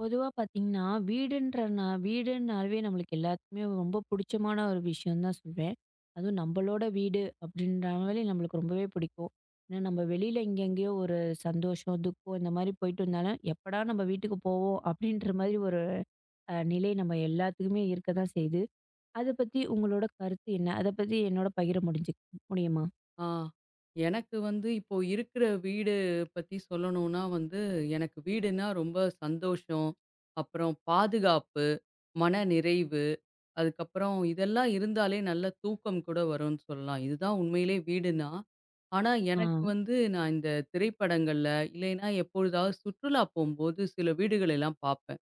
பொதுவா பார்த்தீங்கன்னா, வீடுன்றனா வீடுன்னாவே நம்மளுக்கு எல்லாத்துக்குமே ரொம்ப புடிச்சமான ஒரு விஷயம் தான் சொல்வேன். அதுவும் நம்பளோட வீடு அப்படின்றனாலே நம்மளுக்கு ரொம்பவே பிடிக்கும். ஏன்னா நம்ம வெளியில எங்கெங்கேயோ ஒரு சந்தோஷம், துக்கம் இந்த மாரி போயிட்டு இருந்தாலும், எப்படா நம்ம வீட்டுக்கு போவோம் அப்படின்ற மாதிரி ஒரு நிலை நம்ம எல்லாத்துக்குமே இருக்க தான் செய்யுது. அத பத்தி உங்களோட கருத்து என்ன? அத பத்தி என்னோட பகிர முடியுமா? ஆ. எனக்கு வந்து இப்போ இருக்கிற வீடு பத்தி சொல்லணும்னா வந்து, எனக்கு வீடுன்னா ரொம்ப சந்தோஷம், அப்புறம் பாதுகாப்பு, மன நிறைவு, அதுக்கப்புறம் இதெல்லாம் இருந்தாலே நல்ல தூக்கம் கூட வரும்ன்னு சொல்லலாம். இதுதான் உண்மையிலே வீடுன்னா. ஆனா ஆ, எனக்கு வந்து நான் இந்த திரைப்படங்கள்ல, இல்லைன்னா எப்பொழுதாவது சுற்றுலா போம்போது சில வீடுகள் எல்லாம் பார்ப்பேன்.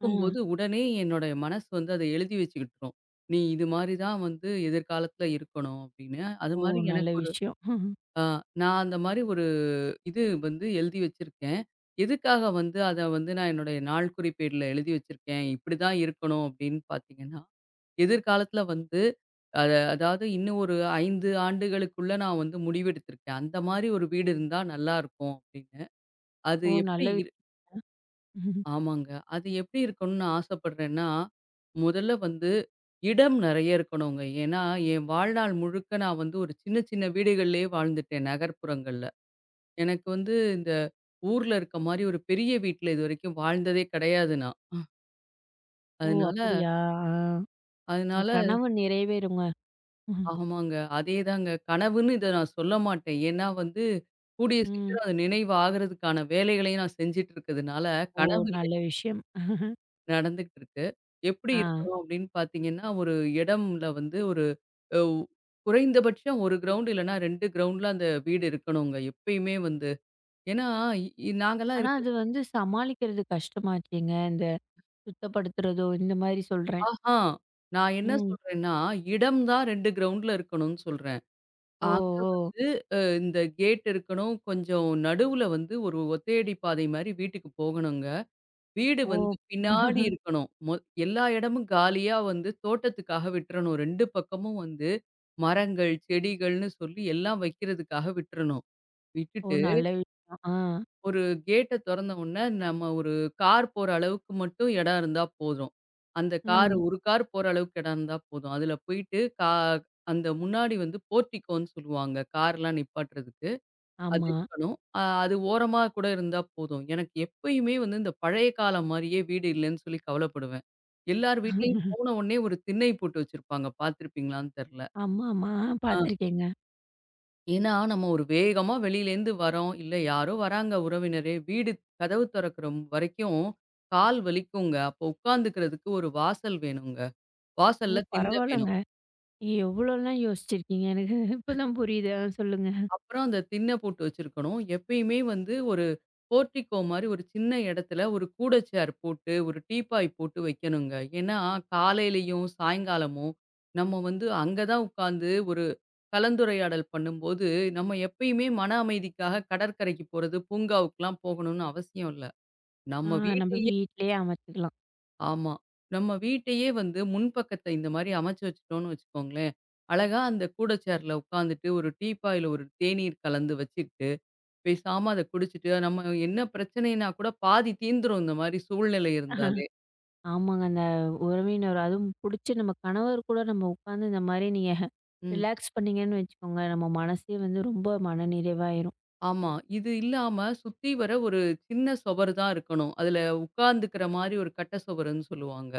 ஆ. உடனே என்னுடைய மனசு வந்து அத எழுதி வச்சுக்கிட்டுரும். "நீ இது மாரி தான் வந்து எதிர்காலத்துல இருக்கணும்" அப்படின்னு. அது ஓ! மாரி நல்ல எனக்கு விஷயம். ஆ, நான் அந்த மாரி ஒரு இது வந்து எழுதி வச்சிருக்கேன். எதுக்காக வந்து அத வந்து நான் என்னுடைய நாள் குறிப்பேடுல எழுதி வச்சிருக்கேன். இப்படிதான் இருக்கணும் அப்படின்னு பார்த்தீங்கன்னா, எதிர்காலத்துல வந்து அத அதாவது இன்னும் ஒரு 5 ஆண்டுகளுக்குள்ள நான் வந்து முடிவெடுத்திருக்கேன். அந்த மாரி ஒரு வீடு இருந்தா நல்லா இருக்கும் அப்படின்னு. அது ஓ! நல்ல எப்படி இரு விஷயம். ஆமாங்க. அது எப்படி இருக்கணும்னு ஆசைப்படுறேன்னா, முதல்ல வந்து இடம் நெறைய இருக்கணுங்க. ஏன்னா, என் வாழ்நாள் முழுக்க நான் வந்து ஒரு சின்ன சின்ன வீடுகள்லயே வாழ்ந்துட்டேன் நகர்ப்புறங்கள்ல. எனக்கு வந்து இந்த ஊர்ல இருக்க மாரி ஒரு பெரிய வீட்ல இதுவரைக்கும் வாழ்ந்ததே கிடையாது நான். ஓ! அதனால அப்படியா? ஆ. உங்க அதனால கனவு நிறைவேறுங்க. ம்ஹ்ம். ஆமாங்க. அதேதாங்க. கனவுன்னு இத நான் சொல்ல மாட்டேன். ஏன்னா வந்து கூடிய ம். சீக்கிரம் அது நினைவு ஆகுறதுக்கான வேலைகளையும் நான் செஞ்சுட்டு இருக்கிறதுனால, ஓ! கனவு இல்ல நல்ல விஷயம். நடந்துகிட்டு இருக்கு. எப்படி ஆ. இருக்கணும் அப்படின்னு பார்த்தீங்கன்னா, ஒரு இடம்ல வந்து ஒரு அ குறைந்தபட்சம் 1 கிரவுண்ட் இல்லன்னா 2 கிரவுண்ட்ல அந்த வீடு இருக்கணுங்க எப்பயுமே வந்து. ஏன்னா நாங்கலாம் ஆனா இருக்க அது வந்து சமாளிக்கிறது கஷ்டமாச்சேங்க. இந்த சுத்தப்படுத்துறதோ, இந்த மாரி சொல்றேன். ஆஹா! நான் என்ன ம். சொல்றேன்னா, இடம் தான் 2 கிரவுண்ட்ல இருக்கணும்னு சொல்றேன். ஓ! அங்க ஓ! வந்து இந்த கேட் இருக்கணும். கொஞ்சம் நடுவுல வந்து ஒரு ஒத்தையடி பாதை மாரி வீட்டுக்கு போகணுங்க. வீடு வந்து ஓ! பின்னாடி இருக்கணும். எல்லா இடமும் காலியா வந்து தோட்டத்துக்காக விட்டுறணும். 2 பக்கமும் வந்து மரங்கள், செடிகள்னு சொல்லி எல்லாம் வைக்கிறதுக்காக விட்டுறணும். ஓ! விட்டுட்டு நல்ல விஷயம். ஆ. ஒரு கேட்ட தொறந்த உடனே நம்ம ஒரு கார் போற அளவுக்கு மட்டும் இடம் இருந்தா போதும். அந்த கார் ஆமா. ம். ஒரு கார் போற அளவுக்கு இடம் இருந்தா போதும். அதுல போயிட்டு அந்த முன்னாடி வந்து போர்டிகோன்னு சொல்லுவாங்க. கார்லாம் நிப்பாட்டுறதுக்கு. அது ஆமா. இருக்கணும். அது ஓரமா கூட இருந்தா போதும். எனக்கு எப்பயுமே வந்து இந்த பழைய காலம் மாரியே வீடு இல்லன்னு சொல்லி கவலைப்படுவேன். எல்லார் வீட்லயும் போன உடனே ஒரு திண்ணை போட்டு வச்சிருப்பாங்க. பார்த்துருப்பீங்களான்னு தெர்ல. ஆமாமா. ஆ. பார்த்துருக்கேங்க. ஏன்னா, நம்ம ஒரு வேகமா வெளியிலேருந்து வரோம். இல்ல யாரோ வராங்க உறவினரு. வீடு கதவு தொறக்கிற வரைக்கும் கால் வலிக்குங்க. அப்போ உட்காந்துக்கிறதுக்கு ஒரு வாசல் வேணுங்க. ஓ! வாசல்ல திண்ணை வேணும். பரவால்லங்க. நீங்க எவ்வளோலாம் யோசிச்சிருக்கீங்க. எனக்கு இப்பதான் புரியுது. ஆ சொல்லுங்க. அப்புறம் அந்த திண்ணை போட்டு வச்சிருக்கணும். எப்பயுமே வந்து ஒரு போர்டிகோ மாரி ஒரு சின்ன இடத்துல ஒரு கூடை சேர் போட்டு, ஒரு டீப்பாய் போட்டு வைக்கணுங்க. ஏன்னா, காலையிலயும், சாயங்காலமும் நம்ம வந்து அங்க தான் உட்காந்து ஒரு கலந்துரையாடல் பண்ணும்போது, நம்ம எப்பயுமே மன அமைதிக்காக கடற்கரைக்கு போறது, பூங்காவுக்குலாம் போகணும்னு அவசியம் இல்ல. ஆ நம்ம நம்ம வீட்டையே வீட்லயே அமைச்சுக்கலாம். ஆமா. நம்ம வீட்டையே வந்து முன்பக்கத்த இந்த மாரி அமைச்சு வச்சுட்டோம்னு வச்சுக்கோங்களேன், அழகா அந்த கூடை சேர்ல உட்காந்துட்டு, ஒரு டீப்பாயில ஒரு தேநீர் கலந்து வச்சுக்கிட்டு, பேசாம அத குடிச்சிட்டு, நம்ம என்ன பிரச்சனைனா கூட பாதி தீந்துரும் இந்த மாரி சூழ்நிலை இருந்தாலே. ஆமாங்க. அந்த உறவினர் அதுவும் புடிச்ச நம்ம கணவர் கூட நம்ம உட்காந்து இந்த மாரி நீங்க ம். ரிலாக்ஸ் பண்ணீங்கன்னு வச்சுக்கோங்க, நம்ம மனசே வந்து ரொம்ப மனநிறைவாயிரும். ஆமா. இது இல்லாம சுத்தி வர ஒரு சின்ன சுவர் தான் இருக்கணும். அதுல உட்கார்ந்துக்கிற மாரி ஒரு கட்ட சுவருன்னு சொல்லுவாங்க.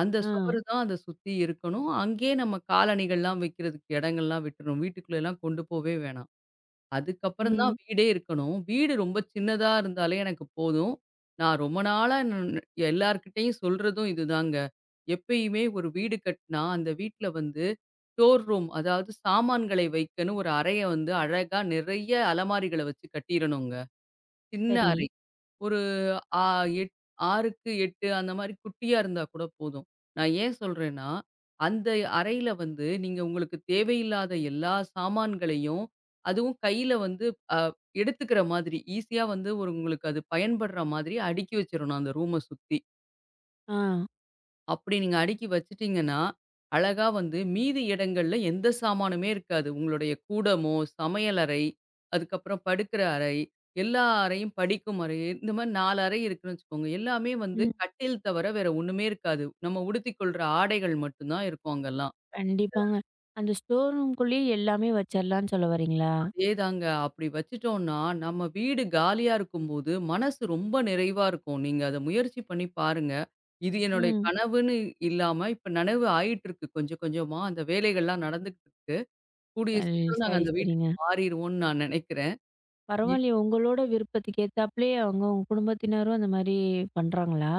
அந்த ஆ, சுவரு தான் அத சுத்தி இருக்கணும். அங்கேயே நம்ம காலணிகள்லாம் வைக்கிறதுக்கு இடங்கள்லாம் விட்டுறணும். வீட்டுக்குள்ளலாம் கொண்டு போவே வேணாம். அதுக்கப்புறம் தான் ம். வீடே இருக்கணும். வீடு ரொம்ப சின்னதா இருந்தாலே எனக்கு போதும். நான் ரொம்ப நாளா எல்லார்கிட்டயும் சொல்றதும் இதுதாங்க. எப்பயுமே ஒரு வீடு கட்டினா, அந்த வீட்ல வந்து ஸ்டோர் ரூம் அதாவது சாமான்களை வைக்கன்னு ஒரு அறைய வந்து அழகா நிறைய அலமாரிகள வச்சு கட்டிறணுங்க. சின்ன சரி. அறை. ஒரு ஆ எட் 6க்கு 8 அந்த மாரி குட்டியா இருந்தா கூட போதும். நான் ஏன் சொல்றேன்னா, அந்த அறையில வந்து நீங்க உங்களுக்கு தேவையில்லாத எல்லா சாமான்களையும், அதுவும் கையில வந்து அ எடுத்துக்கிற மாதிரி, ஈஸியா வந்து ஒரு உங்களுக்கு அது பயன்படுற மாதிரி அடுக்கி வச்சிரணும் அந்த ரூம சுத்தி. ஆ, அப்படி நீங்க அடுக்கி வச்சுட்டீங்கன்னா, அழகா வந்து மீதி இடங்கள்ல எந்த சாமானுமே இருக்காது. உங்களுடைய கூடமோ, சமையலறை, அதுக்கப்புறம் படுக்கிற அறை, எல்லா அறையும் படிக்கும் அறை, இந்த மாரி 4 அறை இருக்குன்னு வச்சுக்கோங்க. எல்லாமே வந்து ம். கட்டில் தவிர வேற ஒண்ணுமே இருக்காது. நம்ம உடுத்திக் கொள்ற ஆடைகள் மட்டும் தான் இருக்கும் அங்கெல்லாம். கண்டிப்பாங்க. அந்த ஸ்டோர் ரூம்க்குள்ளேயே எல்லாமே வச்சிரலான்னு சொல்ல வர்றீங்களா? அதேதாங்க. அப்படி வச்சுட்டோம்னா, நம்ம வீடு காலியா இருக்கும்போது, மனசு ரொம்ப நிறைவா இருக்கும். நீங்க அத முயற்சி பண்ணி பாருங்க. இது என்னுடைய ம். கனவுன்னு இல்லாம, இப்ப நனவு ஆயிட்டுருக்கு கொஞ்சம் கொஞ்சமா. அந்த வேலைகள்லாம் நடந்துகிட்டு இருக்கு. கூடிய சரி, சீக்கிரம் நாங்க சரி, அந்த வீட்டுக்கு சரிங்க. மாறிருவோம்ன்னு நான் நெனைக்கிறேன். பரவாயில்லையே உங்களோட விருப்பத்துக்கு ஏத்தாப்லயே அவங்க உங்க குடும்பத்தினரும் அந்த மாரி பண்றாங்களா?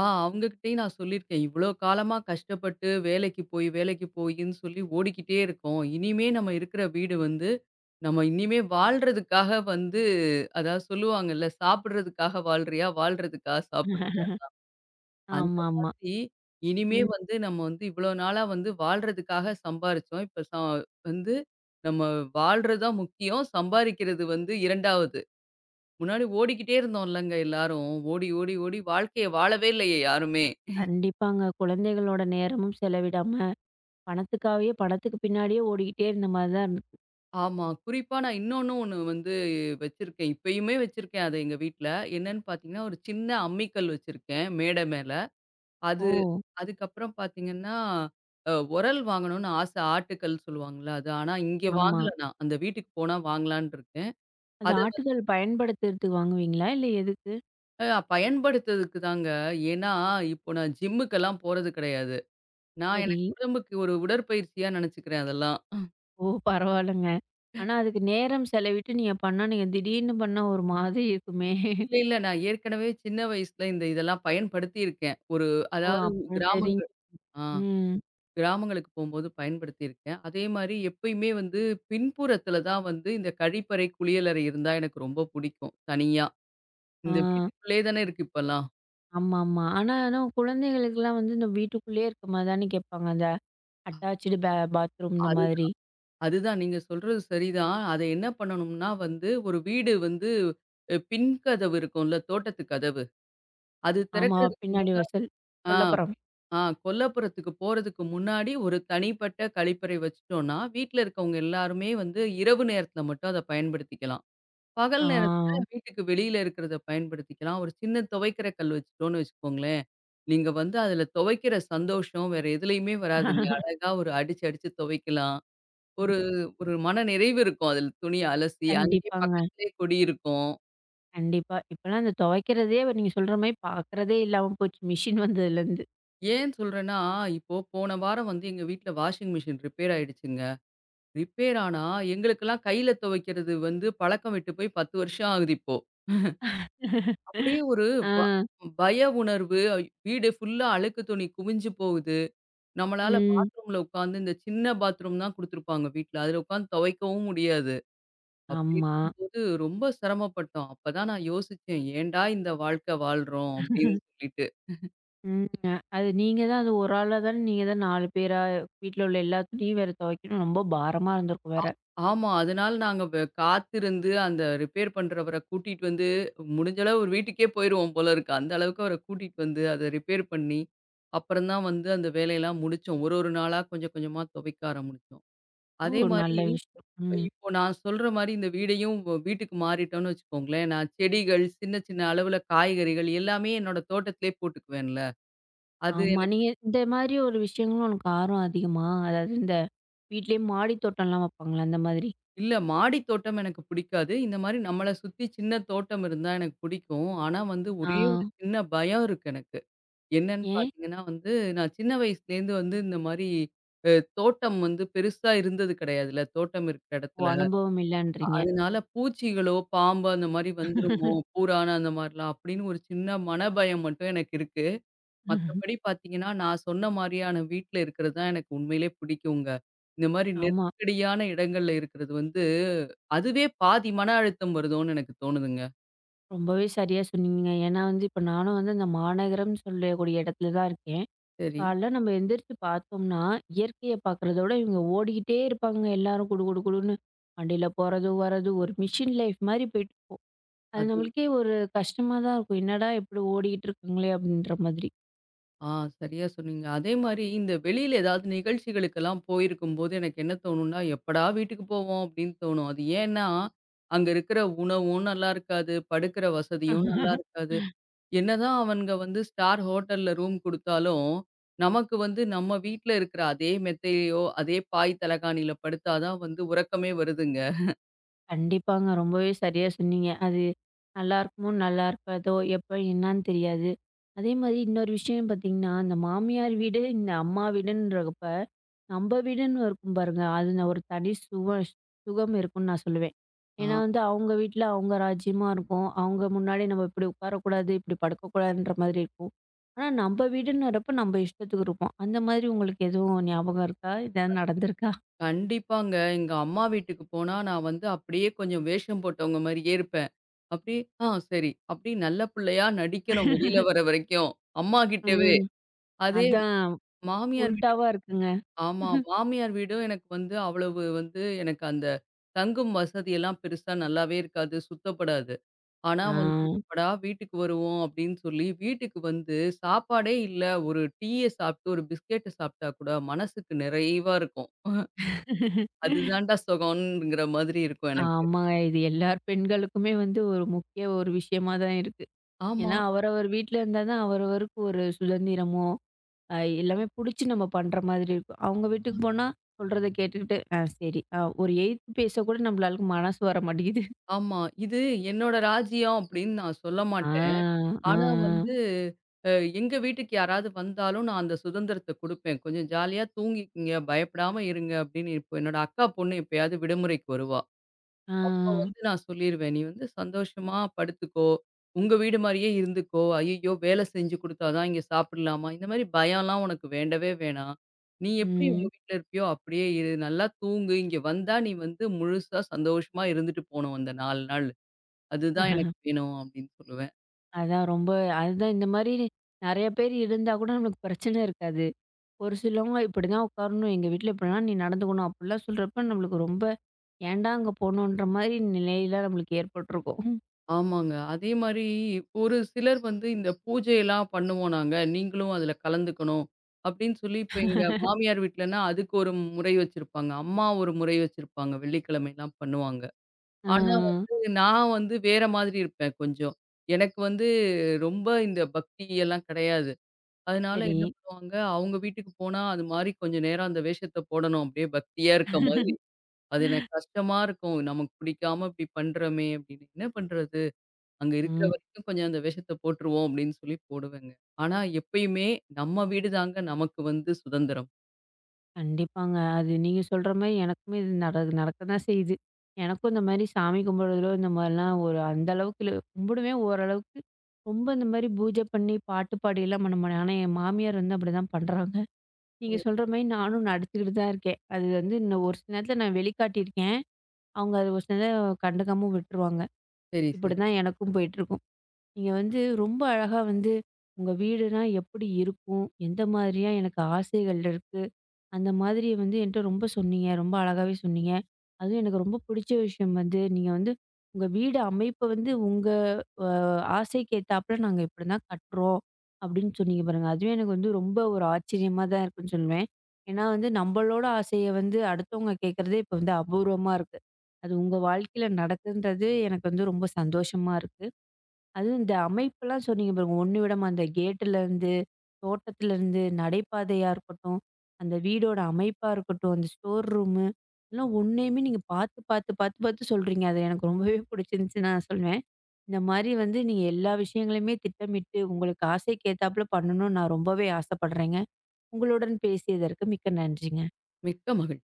ஆ அவங்ககிட்டயும் நான் சொல்லியிருக்கேன். "இவ்ளோ காலமா கஷ்டப்பட்டு வேலைக்கு போய், வேலைக்கு போயின்னு சொல்லி ஓடிக்கிட்டே இருக்கோம். இனிமே நம்ம இருக்கிற வீடு வந்து, நம்ம இனிமே வாழ்றதுக்காக வந்து அதாவது சொல்லுவாங்கல்ல, சாப்பிடுறதுக்காக வாழ்றியா? வாழ்றதுக்காக சாப்பிடுறியா?" அந்த ஆமாமா. மாதிரி இனிமே ம். வந்து நம்ம வந்து இவ்ளோ நாளா வந்து வாழ்றதுக்காக சம்பாரிச்சோம். இப்ப வந்து நம்ம வாழ்றது தான் முக்கியம். சம்பாரிக்கிறது வந்து 2வது. முன்னாடி ஓடிக்கிட்டே இருந்தோம்லங்க எல்லாரும். ஓடி, ஓடி, ஓடி வாழ்க்கைய வாழவே இல்லையே யாருமே! கண்டிப்பாங்க. குழந்தைகளோட நேரமும் செலவிடாம பணத்துக்காகவே பணத்துக்கு பின்னாடியே ஓடிக்கிட்டே இருந்த மாரி தான் இருந் ஆமா. குறிப்பா நான் ஒண்ணு வந்து வச்சிருக்கேன். இப்பயுமே வச்சிருக்கேன் அத எங்க வீட்ல. என்னன்னு பார்த்தீங்கன்னா, ஒரு சின்ன அம்மிக்கல் வச்சிருக்கேன் மேடை மேல. அது ஓ! அதுக்கப்புறம் பார்த்தீங்கன்னா, உரல் வாங்கணும்னு ஆச. ஆட்டுக்கல் சொல்லுவாங்கல்ல அது. ஆனா இங்க ஆமா. வாங்கல நான். அந்த வீட்டுக்கு போனா வாங்கலான்னு இருக்கேன். அது அத ஆட்டுகள் பயன்படுத்துறதுக்கு வாங்குவீங்களா? இல்ல எதுக்கு? பயன்படுத்துறதுக்கு தாங்க. ஏன்னா, இப்போ நான் ஜிம்முக்கெல்லாம் போறது கிடையாது. நான் சரி. எனக்கு உடம்புக்கு ஒரு உடற்பயிற்சியா நெனச்சுக்கிறேன் அதெல்லாம். ஓ! பரவால்லங்க. ஆனா, அதுக்கு நேரம் செலவிட்டு நீங்க பண்ணா, நீங்க திடீர்னு பண்ணா ஒரு மாதிரி இருக்குமே! இல்ல. நான் ஏற்கனவே சின்ன வயசுல இந்த இதெல்லாம் பயன்படுத்தியிருக்கேன். ஒரு ஓ! அதாவது அப்பறம் தெரியும். கிராமங்கள் ஆ. ம். கிராமங்களுக்கு போம்போது பயன்படுத்தியிருக்கேன். அதே மாரி எப்பயுமே வந்து பின்புறத்தில தான் வந்து இந்த கழிப்பறை, குளியலறை இருந்தா எனக்கு ரொம்ப புடிக்கும். தனியா. ஆ. இந்த வீட்டுக்குள்ளே தானே இருக்கு இப்பல்லாம். ஆமாமா. ஆனா குழந்தைகளுக்கெல்லாம் வந்து இந்த வீட்டுக்குள்ளேயே இருக்க மாரி தானே கேட்பாங்க. அந்த அட்டாச்டு பே பாத்ரூம் இந்த அதுதான், மாதிரி. அதுதான் நீங்க சொல்றது சரிதான். அத என்ன பண்ணணும்னா வந்து ஒரு வீடு வந்து பின் கதவு இருக்கும்ல, தோட்டத்து கதவு. அது ஆமா. திறக்கிறதுக்கு பின்னாடி முன் வாசல் ஆ கொல்லப்புறம். பி- ஆ கொல்லப்புறத்துக்கு போறதுக்கு முன்னாடி ஒரு தனிப்பட்ட கழிப்பறை வச்சுட்டோம்னா, வீட்ல இருக்கவங்க எல்லாருமே வந்து இரவு நேரத்தில மட்டும் அத பயன்படுத்திக்கலாம். பகல் ஆ. நேரத்துல வீட்டுக்கு வெளியில இருக்கிறத பயன்படுத்திக்கலாம். ஒரு சின்ன துவைக்கிற கல் வச்சுட்டோம்னு வச்சுக்கோங்களேன், நீங்க வந்து அதுல துவைக்கிற சந்தோஷம் வேற எதுலயுமே வராதுங்க. அழகா ஒரு அடிச்சு, அடிச்சு துவைக்கலாம். ஒரு ம். ஒரு மனநிறைவு இருக்கும். அதில துணிய அலசி அங்கேயே கண்டிப்பாங்க. பக்கத்திலேயே கொடி இருக்கும். கண்டிப்பா. இப்பலாம் அந்த துவைக்கிறதே நீங்க சொல்ற மாரி பார்க்கறதே இல்லாம போச்சு. மிஷின் வந்ததுலருந்து. ஏன் சொல்றேன்னா, இப்போ போன வாரம் வந்து எங்க வீட்ல வாஷிங் மிஷின் ரிப்பேர் ஆயிடுச்சுங்க. ரிப்பேர் ஆனா எங்களுக்கெல்லாம் கையில துவைக்கிறது வந்து பழக்கம் விட்டு போய் 10 வருஷம் ஆகுது இப்போ. அப்படியே ஒரு ப ஆ. பய உணர்வு. வீடு ஃபுல்லா அழுக்கு துணி குமிஞ்சு போகுது. நம்மளால ம். பாத்ரூம்ல உட்காந்து இந்த சின்ன பாத்ரூம் தான் குடுத்துருப்பாங்க வீட்ல. அதுல உட்காந்து துவைக்கவும் முடியாது. அப்படி ஆமா. இருக்கும்போது ரொம்ப சிரமப்பட்டோம். அப்பதான் நான் யோசிச்சேன், "ஏன்டா இந்த வாழ்க்கை வாழ்றோம்?" அப்படின்னு சொல்லிட்டு. ம். அது நீங்க தான் அது ஒரு ஆளா தானே நீங்க தான் 4 பேரா வீட்ல உள்ள எல்லா துணியும் வேற துவைக்கணும். ரொம்ப பாரமா இருந்திருக்கும் வேற. ஆமா. அதனால நாங்க காத்திருந்து அந்த ரிப்பேர் பண்றவர கூட்டிட்டு வந்து முடிஞ்ச அளவு அவரு வீட்டுக்கே போயிருவோம் போல இருக்கு. அந்த அளவுக்கு அவர கூட்டிட்டு வந்து அத ரிப்பேர் பண்ணி, அப்புறம் தான் வந்து அந்த வேலையெல்லாம் முடிச்சோம். ஒரு ஒரு நாளா கொஞ்சம் கொஞ்சமா துவைக்க ஆரம்பிச்சோம். ஓ! அதே மாரி, நல்ல விஷயம். ம். இப்போ நான் சொல்ற மாரி இந்த வீட்டுக்கு மாறிட்டோம்னு வச்சுக்கோங்களேன், நான் செடிகள், சின்ன சின்ன அளவுல காய்கறிகள் எல்லாமே என்னோட தோட்டத்திலேயே போட்டுக்குவேன்ல. அது ஆமா. எனக்கு நீங்க இந்த மாதிரி ஒரு விஷயங்களும் உனக்கு ஆர்வம் அதிகமா? அதாவது இந்த வீட்லயே மாடி தோட்டம்லாம் வைப்பாங்கள்ல அந்த மாதிரி? இல்ல மாடி தோட்டம் எனக்கு பிடிக்காது. இந்த மாரி நம்மள சுத்தி சின்ன தோட்டம் இருந்தா எனக்கு பிடிக்கும். ஆனா வந்து ஆ. ஒரே ஒரு சின்ன பயம் இருக்கு எனக்கு. என்னன்னு ஏன்? பார்த்தீங்கன்னா வந்து, நான் சின்ன வயசுலேருந்து வந்து இந்த மாரி அ தோட்டம் வந்து பெருசா இருந்தது கிடையாதுல்ல, தோட்டம் இருக்கிற ஓ! இடத்துல. அனுபவம் இல்லன்றீங்க. அதனால பூச்சிகளோ, பாம்பு அந்த மாரி வந்துருமோ! பூரான் அந்த மாரிலாம் அப்படின்னு ஒரு சின்ன மனபயம் மட்டும் எனக்கு இருக்கு. மத்தபடி பார்த்தீங்கன்னா, நான் சொன்ன மாரியான வீட்ல இருக்கிறது தான் எனக்கு உண்மையிலே பிடிக்குங்க. இந்த மாரி ஆமா. நெருக்கடியான இடங்கள்ல இருக்கிறது வந்து, அதுவே பாதி மன அழுத்தம் வருதோன்னு எனக்கு தோணுதுங்க. ரொம்பவே சரியா சொன்னீங்க. ஏன்னா வந்து இப்ப நானும் வந்து இந்த மாநகரம் சொல்லக்கூடிய இடத்துல தான் இருக்கேன். சரி. காலைல நம்ம எந்திரிச்சு பார்த்தோம்னா, இயற்கைய பார்க்குறதோட இவங்க ஓடிக்கிட்டே இருப்பாங்க எல்லாரும் குடு குடு குடுன்னு. வண்டியில போறது, வர்றது ஒரு மிஷின் லைஃப் மாரி போயிட்டு இருக்கும். அது அது நம்மளுக்கே ஒரு கஷ்டமா தான் இருக்கும். என்னடா இப்படி ஓடிக்கிட்டு இருக்காங்களே அப்படின்ற மாதிரி. ஆ சரியா சொன்னீங்க. அதே மாரி இந்த வெளியில ஏதாவது நிகழ்ச்சிகளுக்கெல்லாம் போயிருக்கும்போது எனக்கு என்ன தோணும்னா, எப்படா வீட்டுக்கு போவோம் அப்படின்னு தோணும். அது ஏன்னா, அங்க இருக்கிற உணவும் நல்லா இருக்காது, படுக்கிற வசதியும் நல்லா இருக்காது. என்னதான் அவனுங்க வந்து ஸ்டார் ஹோட்டல்ல ரூம் குடுத்தாலும், நமக்கு வந்து நம்ம வீட்ல இருக்கிற அதே மெத்தையிலயோ, அதே பாய் தலகாணியில படுத்தா தான் வந்து உறக்கமே வருதுங்க. கண்டிப்பாங்க. ரொம்பவே சரியா சொன்னீங்க. அது நல்லாருக்குமோ, நல்லா இருக்காதோ, எப்ப என்னான்னு தெரியாது. அதே மாரி இன்னொரு விஷயம் பார்த்தீங்கன்னா, இந்த மாமியார் வீடு, இந்த அம்மா வீடுன்றப்ப நம்ம வீடுன்னு இருக்கும் பாருங்க. அதுல ஒரு தனி சுகம் இருக்கும்ன்னு நான் சொல்லுவேன். ஏன்னா வந்து அவங்க வீட்ல அவங்க ராஜ்யமா இருக்கும். அவங்க முன்னாடி நம்ம இப்படி உட்காரக்கூடாது, இப்படி படுக்கக்கூடாதுன்ற மாதிரி இருக்கும். ஆனா நம்ம வீடுன்னு வரப்ப நம்ம இஷ்டத்துக்கு இருப்போம். அந்த மாதிரி உங்களுக்கு எதுவும் ஞாபகம் இருக்கா? ஏதாவது நடந்திருக்கா? கண்டிப்பாங்க. எங்க அம்மா வீட்டுக்கு போனா, நான் வந்து அப்படியே கொஞ்சம் வேஷம் போட்டவங்க மாரியே இருப்பேன். அப்படியே ஆ சரி. அப்படி நல்ல பிள்ளையா நடிக்கணும் வெளியில வர வரைக்கும். அம்மா கிட்டவே. ம். அதே அதான் மாமியார் வீட்டுக்கு உல்டாவா இருக்குங்க. ஆமா. மாமியார் வீடும் எனக்கு வந்து அவ்வளவு வந்து எனக்கு அந்த தங்கும் வசதியெல்லாம் பெருசா நல்லாவே இருக்காது. சுத்தப்படாது. ஆனா ஆ. வந்து எப்படா வீட்டுக்கு வருவோம் அப்படின்னு சொல்லி, வீட்டுக்கு வந்து சாப்பாடே இல்ல. ஒரு டீய சாப்பிட்டு, ஒரு பிஸ்கெட்ட சாப்பிட்டா கூட மனசுக்கு நிறைவா இருக்கும். அதுதான்டா சுகம்ங்கிற மாதிரி இருக்கும் எனக்கு. ஆமாங்க. இது எல்லார் பெண்களுக்குமே வந்து ஒரு முக்கிய ஒரு விஷயமா தான் இருக்கு. ஆமா, ஏன்னா அவரவர் வீட்ல இருந்தா தான் அவரவருக்கு ஒரு சுதந்திரமோ எல்லாமே புடிச்சு நம்ம பண்ற மாதிரி இருக்கும். அவங்க வீட்டுக்கு போனா சொல்றத கேட்டுக்கிட்டு, ஆ சரி. ஒரு எய்த்து பேச கூட நம்மளாளுக்கு மனசு வர மாட்டேங்குது. ஆமா. இது என்னோட ராஜ்யம் அப்படின்னு நான் சொல்ல ஆ, மாட்டேன். ஆ, ஆனா வந்து அ எங்க வீட்டுக்கு யாராவது வந்தாலும் நான் அந்த சுதந்திரத்த குடுப்பேன். கொஞ்சம் ஜாலியா தூங்கிக்கங்க, பயப்படாம இருங்க அப்படின்னு இப்போ என்னோட அக்கா பொண்ணு எப்பயாவது விடுமுறைக்கு வருவா. ஆ, அப்போ வந்து நான் சொல்லிருவேன். "நீ வந்து சந்தோஷமா படுத்துக்கோ. உங்க வீடு மாரியே இருந்துக்கோ. ஐய்யய்யோ! வேலை செஞ்சு குடுத்தா தான் இங்க சாப்பிடலாமா?" இந்த மாரி பயம்லாம் உனக்கு வேண்டவே வேணாம். நீ எப்படி உங்க ம். வீட்ல இருப்பியோ அப்படியே இரு. நல்லா தூங்கு. இங்க வந்தா நீ வந்து முழுசா சந்தோஷமா இருந்துட்டு போணும் அந்த 4 நாள். அதுதான் எனக்கு வேணும்." அப்படின்னு சொல்லுவேன். அதான் ரொம்ப அதுதான் இந்த மாரி நெறைய பேர் இருந்தா கூட நமக்கு பிரச்சனை இருக்காது. ஒரு சிலவங்க இப்படிதான் உட்காரணும், எங்க வீட்ல இப்படிலாம் நீ நடந்துக்கணும் அப்படிலாம் சொல்றப்ப நம்மளுக்கு ரொம்ப ஏன்டா அங்க போனோன்ற மாரி நிலையில நம்மளுக்கு ஏற்பட்டுருக்கும். ஆமாங்க. அதே மாரி ஒரு சிலர் வந்து இந்த பூஜையெல்லாம் பண்ணுவோம் நாங்க. நீங்களும் அதுல கலந்துக்கணும். அப்படின்னு சொல்லி இப்ப எங்க மாமியார் வீட்லன்னா அதுக்கு ஒரு முறை வச்சிருப்பாங்க. அம்மா ஒரு முறை வச்சிருப்பாங்க. வெள்ளிக்கிழமைலாம் பண்ணுவாங்க. ஆ, ஆனா வந்து நான் வந்து வேற மாதிரி இருப்பேன் கொஞ்சம். எனக்கு வந்து ரொம்ப இந்த பக்தி எல்லாம் கிடையாது. அதனால சரி. என்ன பண்ணுவாங்க, அவங்க வீட்டுக்கு போனா அது மாரி கொஞ்சம் நேரம் அந்த வேஷத்த போடணும். அப்படியே பக்தியா இருக்க மாரி. அது எனக்கு கஷ்டமா இருக்கும். நமக்கு பிடிக்காம இப்படி பண்றோமே அப்படின்னு. என்ன பண்றது? அங்க இருக்கிற ம். வரைக்கும் கொஞ்சம் அந்த வேஷத்த போட்டுருவோம் அப்படின்னு சொல்லி போடுவேங்க. ஆனா எப்பயுமே நம்ம வீடு தாங்க நமக்கு வந்து சுதந்திரம். கண்டிப்பாங்க. அது நீங்க சொல்ற மாரி எனக்குமே இது நடக்க தான் செய்யுது. எனக்கும் இந்த மாரி சாமி கும்பிடுறதோ, இந்த மாரிலாம் ஒரு அந்த அளவுக்கு இல்ல. கும்பிடுவேன் ஓரளவுக்கு. ரொம்ப இந்த மாரி பூஜை பண்ணி, பாட்டு பாடிலாம் பண்ண மாட்டேன். ஆனா, என் மாமியார் வந்து அப்படிதான் பண்றாங்க. நீங்க ஓ! சொல்ற மாரி நானும் நடிச்சுக்கிட்டு தான் இருக்கேன். அது வந்து இன்னும் ஒரு சில நேரத்துல நான் வெளிக்காட்டியிருக்கேன். அவங்க அது ஒரு சில நேரம் கண்டுக்காம விட்டுருவாங்க. சரி, சரி. இப்படிதான் எனக்கும் போயிட்டுருக்கும். நீங்க வந்து ரொம்ப அழகா வந்து, உங்க வீடுனா எப்படி இருக்கும்? எந்த மாதிரியா எனக்கு ஆசைகள் இருக்கு? அந்த மாதிரி வந்து என்கிட்ட ரொம்ப சொன்னீங்க. ரொம்ப அழகாவே சொன்னீங்க. அதுவும் எனக்கு ரொம்ப பிடிச்ச விஷயம் வந்து, நீங்க வந்து உங்க வீடு அமைப்ப வந்து உங்க அ ஆசைக்கு ஏத்தாப்புல நாங்க இப்படிதான் கட்டுறோம் அப்படின்னு சொன்னீங்க பாருங்க. அதுவே எனக்கு வந்து ரொம்ப ஒரு ஆச்சரியமா தான் இருக்குன்னு சொல்லுவேன். ஏன்னா வந்து நம்மளோட ஆசைய வந்து அடுத்தவங்க கேட்கறதே இப்ப வந்து அபூர்வமா இருக்கு. அது உங்க வாழ்க்கையில நடக்குன்றது எனக்கு வந்து ரொம்ப சந்தோஷமா இருக்கு. அதுவும் இந்த அமைப்பெல்லாம் சொன்னீங்க பாருங்க. ஒண்ணு விடாம அந்த கேட்டுலேருந்து, தோட்டத்துலேருந்து, நடைபாதையா இருக்கட்டும், அந்த வீடோட அமைப்பா இருக்கட்டும், அந்த ஸ்டோர் ரூமு, எல்லாம் ஒன்னையுமே நீங்க பார்த்து சொல்றீங்க. அது எனக்கு ரொம்பவே பிடிச்சிருந்துச்சு நான் சொல்வேன். இந்த மாரி வந்து நீங்க எல்லா விஷயங்களையுமே திட்டமிட்டு, உங்களுக்கு ஆசைக்கு ஏத்தாப்புல பண்ணணும்னு நான் ரொம்பவே ஆசைப்படுறேங்க. உங்களுடன் பேசியதற்கு மிக்க நன்றிங்க. மிக்க மகிழ்ச்சி.